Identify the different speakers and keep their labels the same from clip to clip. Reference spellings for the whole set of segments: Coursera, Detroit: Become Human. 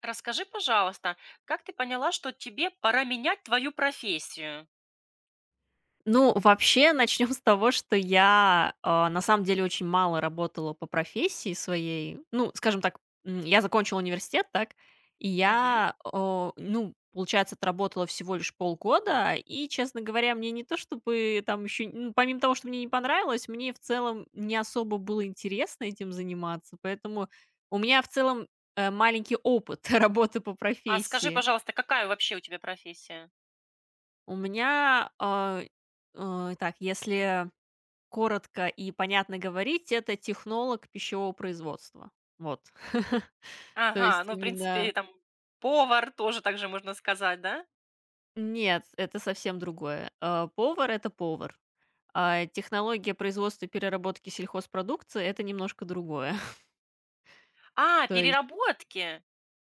Speaker 1: Расскажи, пожалуйста, как ты поняла, что тебе пора менять твою профессию?
Speaker 2: Ну, вообще, начнем с того, что я, на самом деле, очень мало работала по профессии своей. Ну, скажем так, я закончила университет, так, и
Speaker 1: Мгм.
Speaker 2: я, ну, получается, отработала всего лишь полгода, и, честно говоря, мне не то чтобы там еще, ну, помимо того, что мне не понравилось, мне в целом не особо было интересно этим заниматься, поэтому у меня в целом, маленький опыт работы по
Speaker 1: А скажи,
Speaker 2: профессии.
Speaker 1: пожалуйста, какая вообще у тебя профессия?
Speaker 2: У меня, так, если коротко и понятно говорить- это технолог пищевого производства. Вот. То
Speaker 1: Ага,
Speaker 2: есть
Speaker 1: ну, в принципе,
Speaker 2: именно
Speaker 1: там повар тоже так же можно сказать, да?
Speaker 2: Нет, это совсем другое. Повар- это повар. А технология производства и переработки сельхозпродукции- это немножко другое.
Speaker 1: А,
Speaker 2: То есть
Speaker 1: переработки.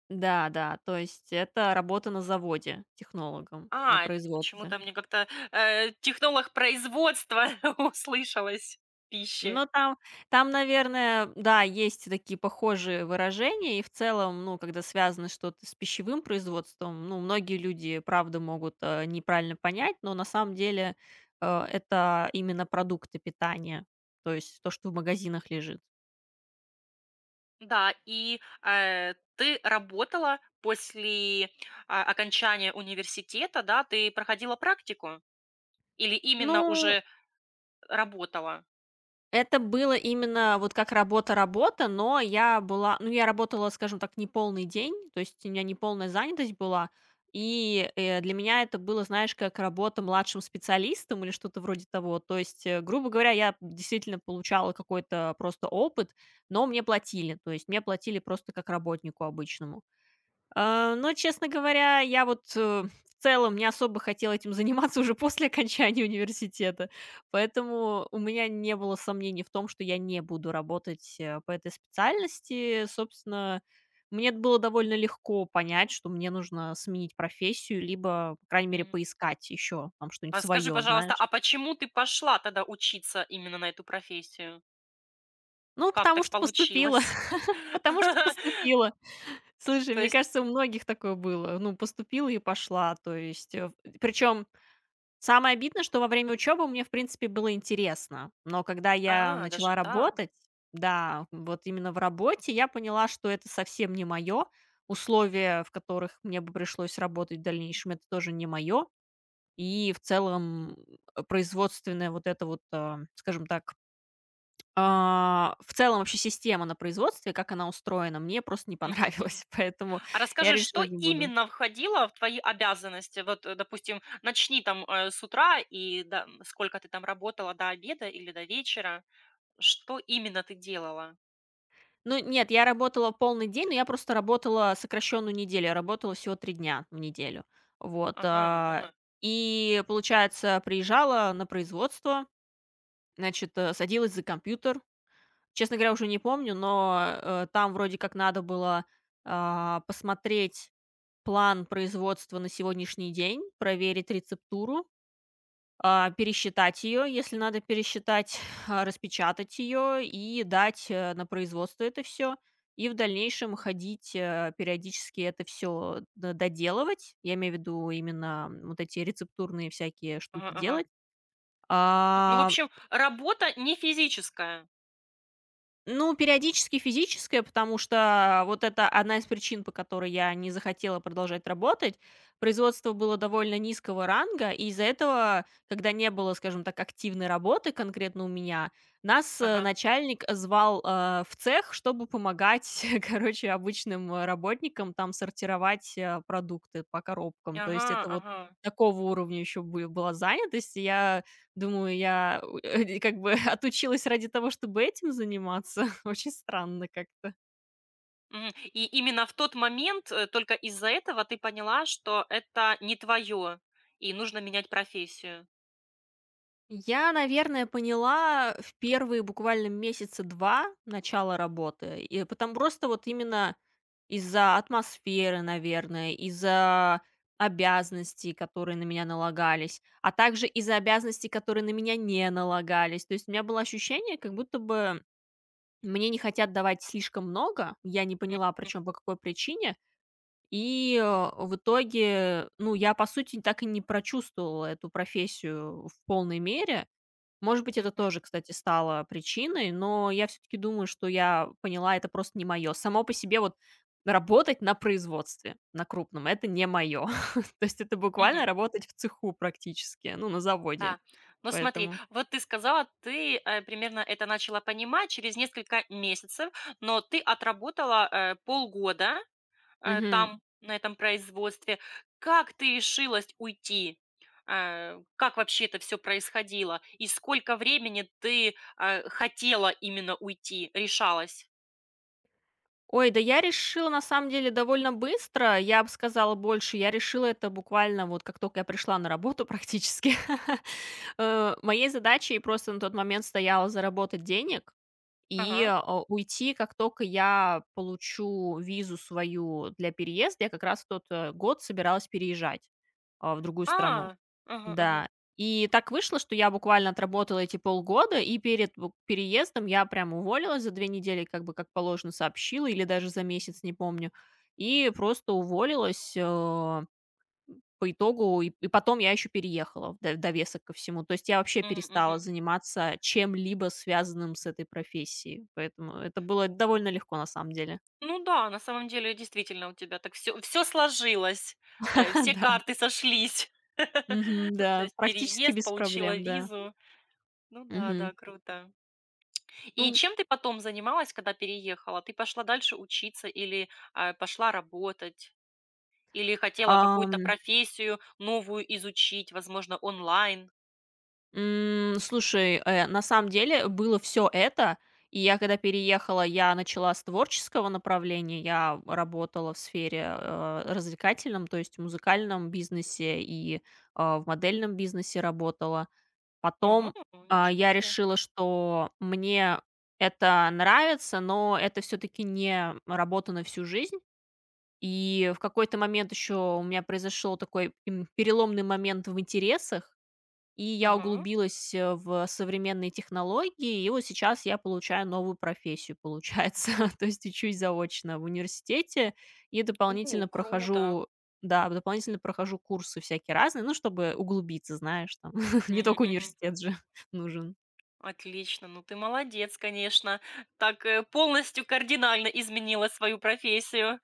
Speaker 2: да, да, то есть это работа на заводе технологом, на
Speaker 1: А,
Speaker 2: производстве.
Speaker 1: почему-то мне как-то технолог производства услышалось пищи.
Speaker 2: Ну, там, наверное, да, есть такие похожие выражения. И в целом, ну, когда связано что-то с пищевым производством, ну, многие люди, правда, могут, неправильно понять, но на самом деле, это именно продукты питания, то есть то, что в магазинах лежит.
Speaker 1: Да, и ты работала после окончания университета, да, ты проходила практику? Или именно
Speaker 2: Ну
Speaker 1: уже работала.
Speaker 2: Это было именно вот как работа-работа, но я работала, скажем так, не полный день, то есть у меня не полная занятость была. И, для меня это было, знаешь, как работа младшим специалистом или что-то вроде того. То есть, грубо говоря, я действительно получала какой-то просто опыт, но мне платили. То есть мне платили просто как работнику обычному. Но, честно говоря, я вот, в целом не особо хотела этим заниматься уже после окончания университета, поэтому у меня не было сомнений в том, что я не буду работать, по этой специальности. Собственно, мне это было довольно легко понять, что мне нужно сменить профессию, либо, по крайней мере,
Speaker 1: Мгм.
Speaker 2: поискать еще там что-нибудь
Speaker 1: А скажи,
Speaker 2: свое,
Speaker 1: пожалуйста,
Speaker 2: знаешь.
Speaker 1: а почему ты пошла тогда учиться именно на эту профессию?
Speaker 2: Ну,
Speaker 1: Как
Speaker 2: потому
Speaker 1: так
Speaker 2: что поступила,
Speaker 1: получилось?
Speaker 2: потому что поступила. Слушай,
Speaker 1: То
Speaker 2: мне
Speaker 1: есть
Speaker 2: кажется, у многих такое было. Ну, поступила и пошла, то есть, э, причем самое обидное, что во время учебы мне, в принципе, было интересно, но когда я
Speaker 1: даже
Speaker 2: начала
Speaker 1: так.
Speaker 2: работать, да, вот именно в работе, я поняла, что это совсем не мое. Условия, в которых мне бы пришлось работать в дальнейшем, это тоже не мое. И в целом, производственная вот эта вот, скажем так, в целом вообще система на производстве, как она устроена, мне просто не
Speaker 1: Мгм, мгм.
Speaker 2: понравилась, поэтому
Speaker 1: А
Speaker 2: я
Speaker 1: расскажи, что
Speaker 2: решила не буду.
Speaker 1: именно входило в твои обязанности? Вот, допустим, начни там с утра и до сколько ты там работала, до обеда или до вечера. Что именно ты делала?
Speaker 2: Ну, нет, я работала полный день, но я просто работала сокращенную неделю. Я работала всего 3 дня в неделю. Вот,
Speaker 1: Ага, ага,
Speaker 2: и, получается, приезжала на производство, значит, садилась за компьютер. Честно говоря, уже не помню, но, там вроде как надо было, посмотреть план производства на сегодняшний день, проверить рецептуру, пересчитать ее, если надо пересчитать, распечатать ее и дать, на производство это все. И в дальнейшем ходить, периодически это все доделывать. Я имею в виду именно, вот эти рецептурные всякие
Speaker 1: ага,
Speaker 2: штуки
Speaker 1: ага.
Speaker 2: делать.
Speaker 1: Ну, в
Speaker 2: А,
Speaker 1: общем, работа не физическая.
Speaker 2: Ну, периодически физическое, потому что вот это одна из причин, по которой я не захотела продолжать работать. Производство было довольно низкого ранга, и из-за этого, когда не было, скажем так, активной работы конкретно у меня, нас,
Speaker 1: Ага,
Speaker 2: начальник звал, в цех, чтобы помогать, короче, обычным, работникам там сортировать, продукты по коробкам. То
Speaker 1: ага,
Speaker 2: есть это вот
Speaker 1: ага.
Speaker 2: такого уровня еще была занятость. И я думаю, я, как бы отучилась ради того, чтобы этим заниматься. Очень странно как-то.
Speaker 1: Мгм. И именно в тот момент, только из-за этого ты поняла, что это не твое, и нужно менять профессию.
Speaker 2: Я, наверное, поняла в первые буквально месяца 2 начала работы. И потом просто вот именно из-за атмосферы, наверное, из-за обязанностей, которые на меня налагались, а также из-за обязанностей, которые на меня не налагались. То есть у меня было ощущение, как будто бы мне не хотят давать слишком много. Я не
Speaker 1: М,
Speaker 2: поняла,
Speaker 1: м,
Speaker 2: причем по какой причине. И, в итоге, ну, я, по сути, так и не прочувствовала эту профессию в полной мере. Может быть, это
Speaker 1: мгм,
Speaker 2: тоже, кстати, стало причиной, но я все-таки думаю, что я поняла, это просто не мое. Само по себе вот работать на производстве, на крупном, это не мое. То есть это
Speaker 1: мгм.
Speaker 2: буквально работать в цеху практически, ну, на заводе.
Speaker 1: Да. Ну смотри,
Speaker 2: Поэтому.
Speaker 1: вот ты сказала, ты, примерно это начала понимать через несколько месяцев, но ты отработала, полгода, там, на этом производстве. Как ты решилась уйти? Как вообще это все происходило? И сколько времени ты, хотела именно уйти, решалась?
Speaker 2: Ой, да я решила на самом деле довольно быстро. Я бы сказала больше. Я решила это буквально вот как только я пришла на работу практически. Моей задачей просто на тот момент стояло заработать денег и,
Speaker 1: Ага.
Speaker 2: уйти, как только я получу визу свою для переезда. Я как раз в тот, год собиралась переезжать, в другую страну.
Speaker 1: А, ага, ага.
Speaker 2: Да. И так вышло, что я буквально отработала эти полгода, и перед бу переездом я прям уволилась за 2 недели, как бы, как положено, сообщила, или даже за месяц, не помню. И просто уволилась, по итогу. И потом я еще переехала в до довесок ко всему. То есть я вообще
Speaker 1: Мгм,
Speaker 2: перестала
Speaker 1: мгм.
Speaker 2: заниматься чем-либо, связанным с этой профессией. Поэтому это было довольно легко, на самом деле.
Speaker 1: Ну да, на самом деле, действительно, у тебя так все сложилось, все
Speaker 2: Да.
Speaker 1: карты сошлись.
Speaker 2: Мгм,
Speaker 1: То
Speaker 2: да.
Speaker 1: есть
Speaker 2: Практически
Speaker 1: переезд,
Speaker 2: без
Speaker 1: получила
Speaker 2: проблем, да.
Speaker 1: визу. Ну да,
Speaker 2: Мгм.
Speaker 1: да, круто. И
Speaker 2: Ну,
Speaker 1: чем ты потом занималась, когда переехала? Ты пошла дальше учиться или, пошла работать? Или хотела
Speaker 2: а
Speaker 1: какую-то профессию новую изучить, возможно, онлайн?
Speaker 2: Слушай, на самом деле было все это. И я когда переехала, я начала с творческого направления. Я работала в сфере, развлекательном, то есть в музыкальном бизнесе и, в модельном бизнесе работала.
Speaker 1: Ага,
Speaker 2: Потом,
Speaker 1: ничего
Speaker 2: я
Speaker 1: себе.
Speaker 2: решила, что мне это нравится, но это все таки не работа на всю жизнь. И в какой-то момент еще у меня произошел такой, переломный момент в интересах. И я
Speaker 1: Ага.
Speaker 2: углубилась, в современные технологии, и вот сейчас я получаю новую профессию, получается. То есть учусь заочно в университете и
Speaker 1: У,
Speaker 2: дополнительно
Speaker 1: круто.
Speaker 2: прохожу да, дополнительно прохожу курсы всякие разные, ну, чтобы углубиться, знаешь, там, не
Speaker 1: Мгм,
Speaker 2: только
Speaker 1: мгм.
Speaker 2: университет же нужен.
Speaker 1: Отлично, ну ты молодец, конечно. Так, полностью кардинально изменила свою профессию.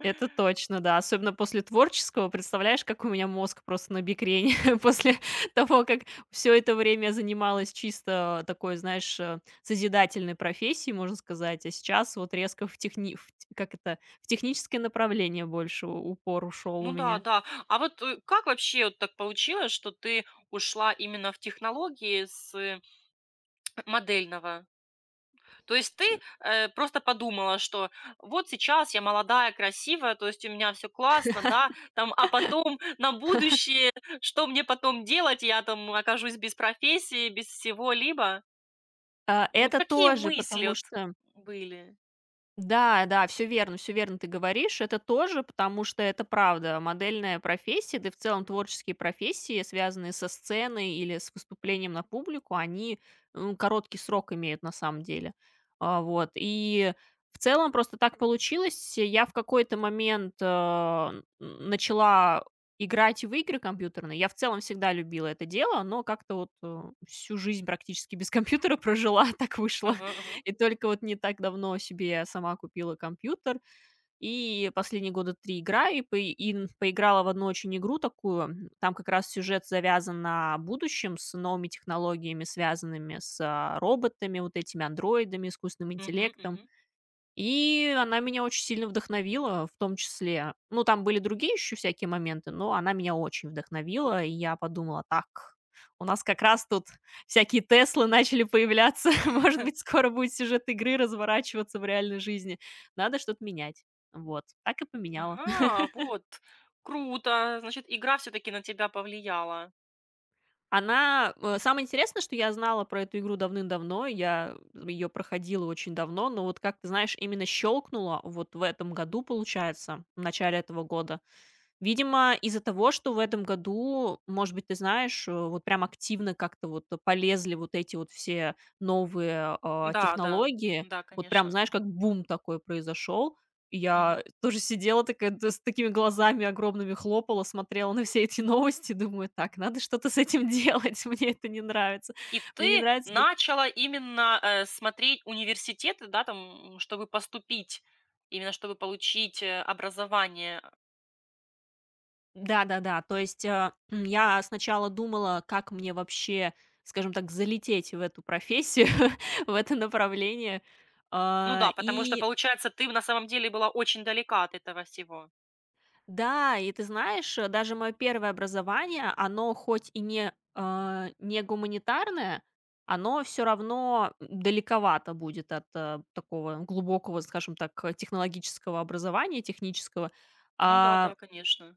Speaker 2: Это точно, да. Особенно после творческого. Представляешь, как у меня мозг просто на бикрень после того, как все это время я занималась чисто такой, знаешь, созидательной профессией, можно сказать, а сейчас вот резко в техни в т как это, в техническое направление больше у упор ушел
Speaker 1: Ну
Speaker 2: у
Speaker 1: да,
Speaker 2: меня.
Speaker 1: да. А вот, как вообще вот так получилось, что ты ушла именно в технологии с, модельного? То есть ты, просто подумала, что вот сейчас я молодая, красивая, то есть у меня все классно, да, там, а потом на будущее, что мне потом делать? Я там окажусь без профессии, без всего-либо. Ну,
Speaker 2: Это
Speaker 1: какие
Speaker 2: тоже,
Speaker 1: мысли
Speaker 2: потому
Speaker 1: вот
Speaker 2: что
Speaker 1: были?
Speaker 2: Да, да, все верно ты говоришь. Это тоже, потому что это правда. Модельная профессия, да и в целом творческие профессии, связанные со сценой или с выступлением на публику, они, ну, короткий срок имеют на самом деле. Вот. И в целом просто так получилось. Я в какой-то момент, э, н начала играть в игры компьютерные. Я в целом всегда любила это дело, но как-то вот, всю жизнь практически без компьютера прожила, так вышло.
Speaker 1: Мгм, мгм.
Speaker 2: И только вот не так давно себе я сама купила компьютер, и последние года 3 играю, и пое и н поиграла в одну очень игру такую. Там как раз сюжет завязан на будущем с новыми технологиями, связанными с, роботами, вот этими андроидами, искусственным
Speaker 1: Мгм,
Speaker 2: интеллектом.
Speaker 1: мгм.
Speaker 2: И она меня очень сильно вдохновила, в том числе. Ну, там были другие еще всякие моменты, но она меня очень вдохновила, и я подумала: "Так, у нас как раз тут всякие Теслы начали появляться. Может быть, скоро будет сюжет игры разворачиваться в реальной жизни. Надо что-то менять". Вот, так и поменяла.
Speaker 1: Ага, вот. Круто. Значит, игра все-таки на тебя повлияла.
Speaker 2: Она, самое интересное, что я знала про эту игру давным-давно, я ее проходила очень давно, но вот как ты знаешь, именно щелкнула вот в этом году, получается, в начале этого года. Видимо, из-за того, что в этом году, может быть, ты знаешь, вот прям активно как-то вот полезли вот эти вот все новые,
Speaker 1: Да, да,
Speaker 2: технологии.
Speaker 1: да,
Speaker 2: Вот прям,
Speaker 1: конечно.
Speaker 2: знаешь, как бум такой произошел. И
Speaker 1: Мгм.
Speaker 2: я тоже сидела такая, да, с такими глазами огромными хлопала, смотрела на все эти новости, думаю: "Так, надо что-то с этим делать, мне это не нравится".
Speaker 1: И
Speaker 2: Мне не
Speaker 1: ты
Speaker 2: нравится
Speaker 1: начала именно смотреть университеты, да, там, м, чтобы поступить, именно чтобы получить образование.
Speaker 2: Да-да-да, то есть, я сначала думала, как мне вообще, скажем так, залететь в эту профессию, в это направление.
Speaker 1: Ну
Speaker 2: А,
Speaker 1: да, потому что,
Speaker 2: и
Speaker 1: получается, ты на самом деле была очень далека от этого всего.
Speaker 2: да, и ты знаешь, даже мое первое образование, оно хоть и не гуманитарное, оно все равно далековато будет от, такого глубокого, скажем так, технологического образования, технического.
Speaker 1: Ну да,
Speaker 2: А
Speaker 1: да, конечно.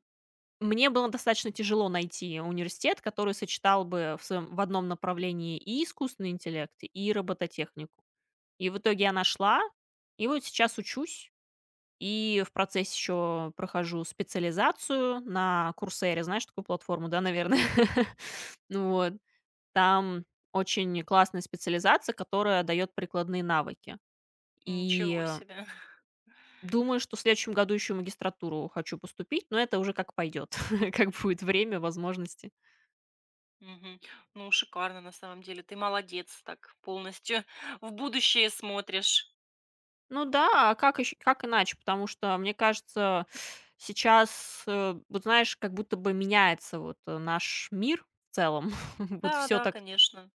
Speaker 2: Мне было достаточно тяжело найти университет, который сочетал бы в одном направлении и искусственный интеллект, и робототехнику. И в итоге я нашла, и вот сейчас учусь, и в процессе еще прохожу специализацию на "Курсере". Знаешь такую платформу, да, наверное? Ну вот. Там очень классная специализация, которая дает прикладные навыки.
Speaker 1: Ничего
Speaker 2: И
Speaker 1: себе.
Speaker 2: думаю, что в следующем году еще в магистратуру хочу поступить, но это уже как пойдет, как будет время, возможности.
Speaker 1: Мгм. Ну, шикарно на самом деле. Ты молодец, так полностью в будущее смотришь.
Speaker 2: Ну да, а как иначе? Потому что, мне кажется, сейчас, вот знаешь, как будто бы меняется вот, наш мир в целом. Вот
Speaker 1: Да,
Speaker 2: все
Speaker 1: да,
Speaker 2: так
Speaker 1: конечно.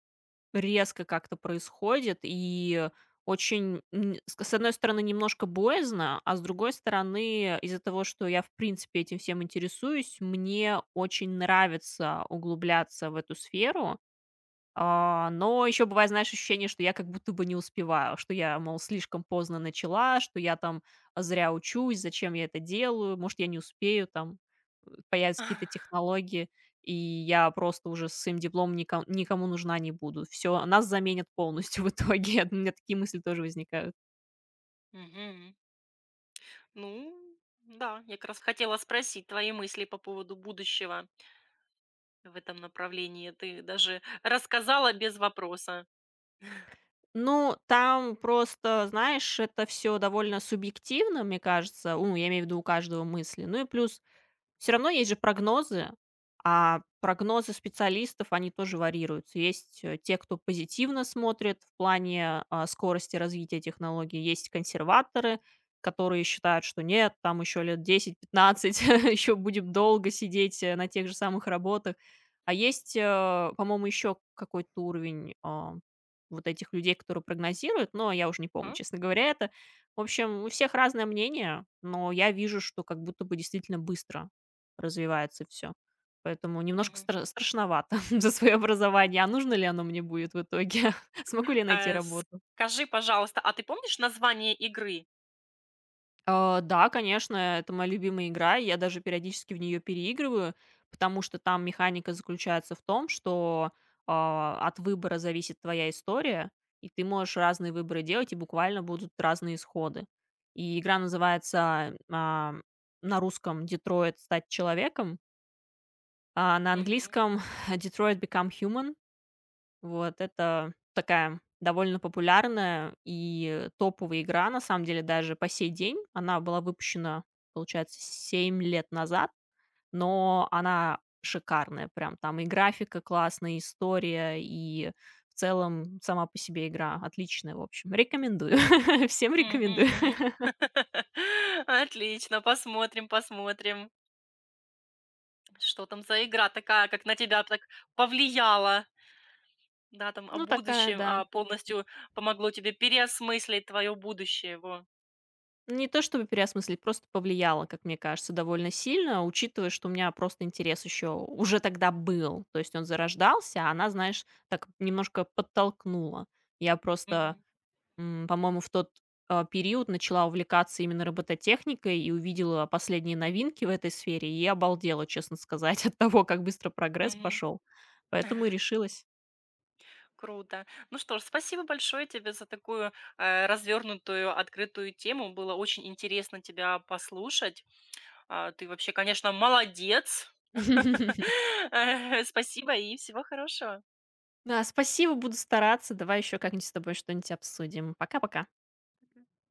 Speaker 2: резко как-то происходит, и очень, с одной стороны, немножко боязно, а с другой стороны, из-за того, что я, в принципе, этим всем интересуюсь, мне очень нравится углубляться в эту сферу. Но еще бывает, знаешь, ощущение, что я как будто бы не успеваю, что я, мол, слишком поздно начала, что я там зря учусь, зачем я это делаю, может, я не успею, там, появятся какие-то технологии, и я просто уже с своим дипломом никому, никому нужна не буду. Все, нас заменят полностью в итоге. У меня такие мысли тоже возникают.
Speaker 1: Мгм. Ну, да, я как раз хотела спросить твои мысли по поводу будущего в этом направлении. Ты даже рассказала без вопроса.
Speaker 2: Ну, там просто, знаешь, это все довольно субъективно, мне кажется. Ну, я имею в виду у каждого мысли. Ну и плюс все равно есть же прогнозы, а прогнозы специалистов, они тоже варьируются. Есть, те, кто позитивно смотрит в плане, скорости развития технологий, есть консерваторы, которые считают, что нет, там еще лет 10-15 еще будем долго сидеть, на тех же самых работах. А есть, по-моему, еще какой-то уровень, вот этих людей, которые прогнозируют, но я уже не помню,
Speaker 1: А?
Speaker 2: честно говоря, это. В общем, у всех разное мнение, но я вижу, что как будто бы действительно быстро развивается все, поэтому немножко
Speaker 1: Мгм.
Speaker 2: страшновато за свое образование. А нужно ли оно мне будет в итоге? Смогу ли я найти работу?
Speaker 1: Скажи, пожалуйста, а ты помнишь название игры?
Speaker 2: Да, конечно, это моя любимая игра. И я даже периодически в нее переигрываю, потому что там механика заключается в том, что, от выбора зависит твоя история, и ты можешь разные выборы делать, и буквально будут разные исходы. И игра называется, на русском "Детройт: Стать человеком", а на
Speaker 1: Мгм.
Speaker 2: английском "Detroit: Become Human". Вот это такая довольно популярная и топовая игра, на самом деле, даже по сей день. Она была выпущена, получается, 7 лет назад, но она шикарная прям. Там и графика классная, и история, и в целом сама по себе игра отличная, в общем. Рекомендую. Всем
Speaker 1: Мгм,
Speaker 2: рекомендую.
Speaker 1: мгм. Отлично, посмотрим, посмотрим, что там за игра такая, как на тебя так повлияла. Да, там о
Speaker 2: Ну, такая,
Speaker 1: будущем,
Speaker 2: да.
Speaker 1: а полностью помогло тебе переосмыслить твое будущее. Во.
Speaker 2: Не то чтобы переосмыслить, просто повлияло, как мне кажется, довольно сильно, учитывая, что у меня просто интерес еще уже тогда был. То есть он зарождался, а она, знаешь, так немножко подтолкнула. Я просто,
Speaker 1: Мгм.
Speaker 2: по-моему, в тот, период начала увлекаться именно робототехникой и увидела последние новинки в этой сфере, и обалдела, честно сказать, от того, как быстро прогресс
Speaker 1: Мгм.
Speaker 2: пошел. Поэтому и решилась.
Speaker 1: Круто. Ну что ж, спасибо большое тебе за такую, развернутую, открытую тему. Было очень интересно тебя послушать. А, ты вообще, конечно, молодец. Спасибо и всего хорошего.
Speaker 2: Да, спасибо, буду стараться. Давай еще как-нибудь с тобой что-нибудь обсудим. Пока-пока.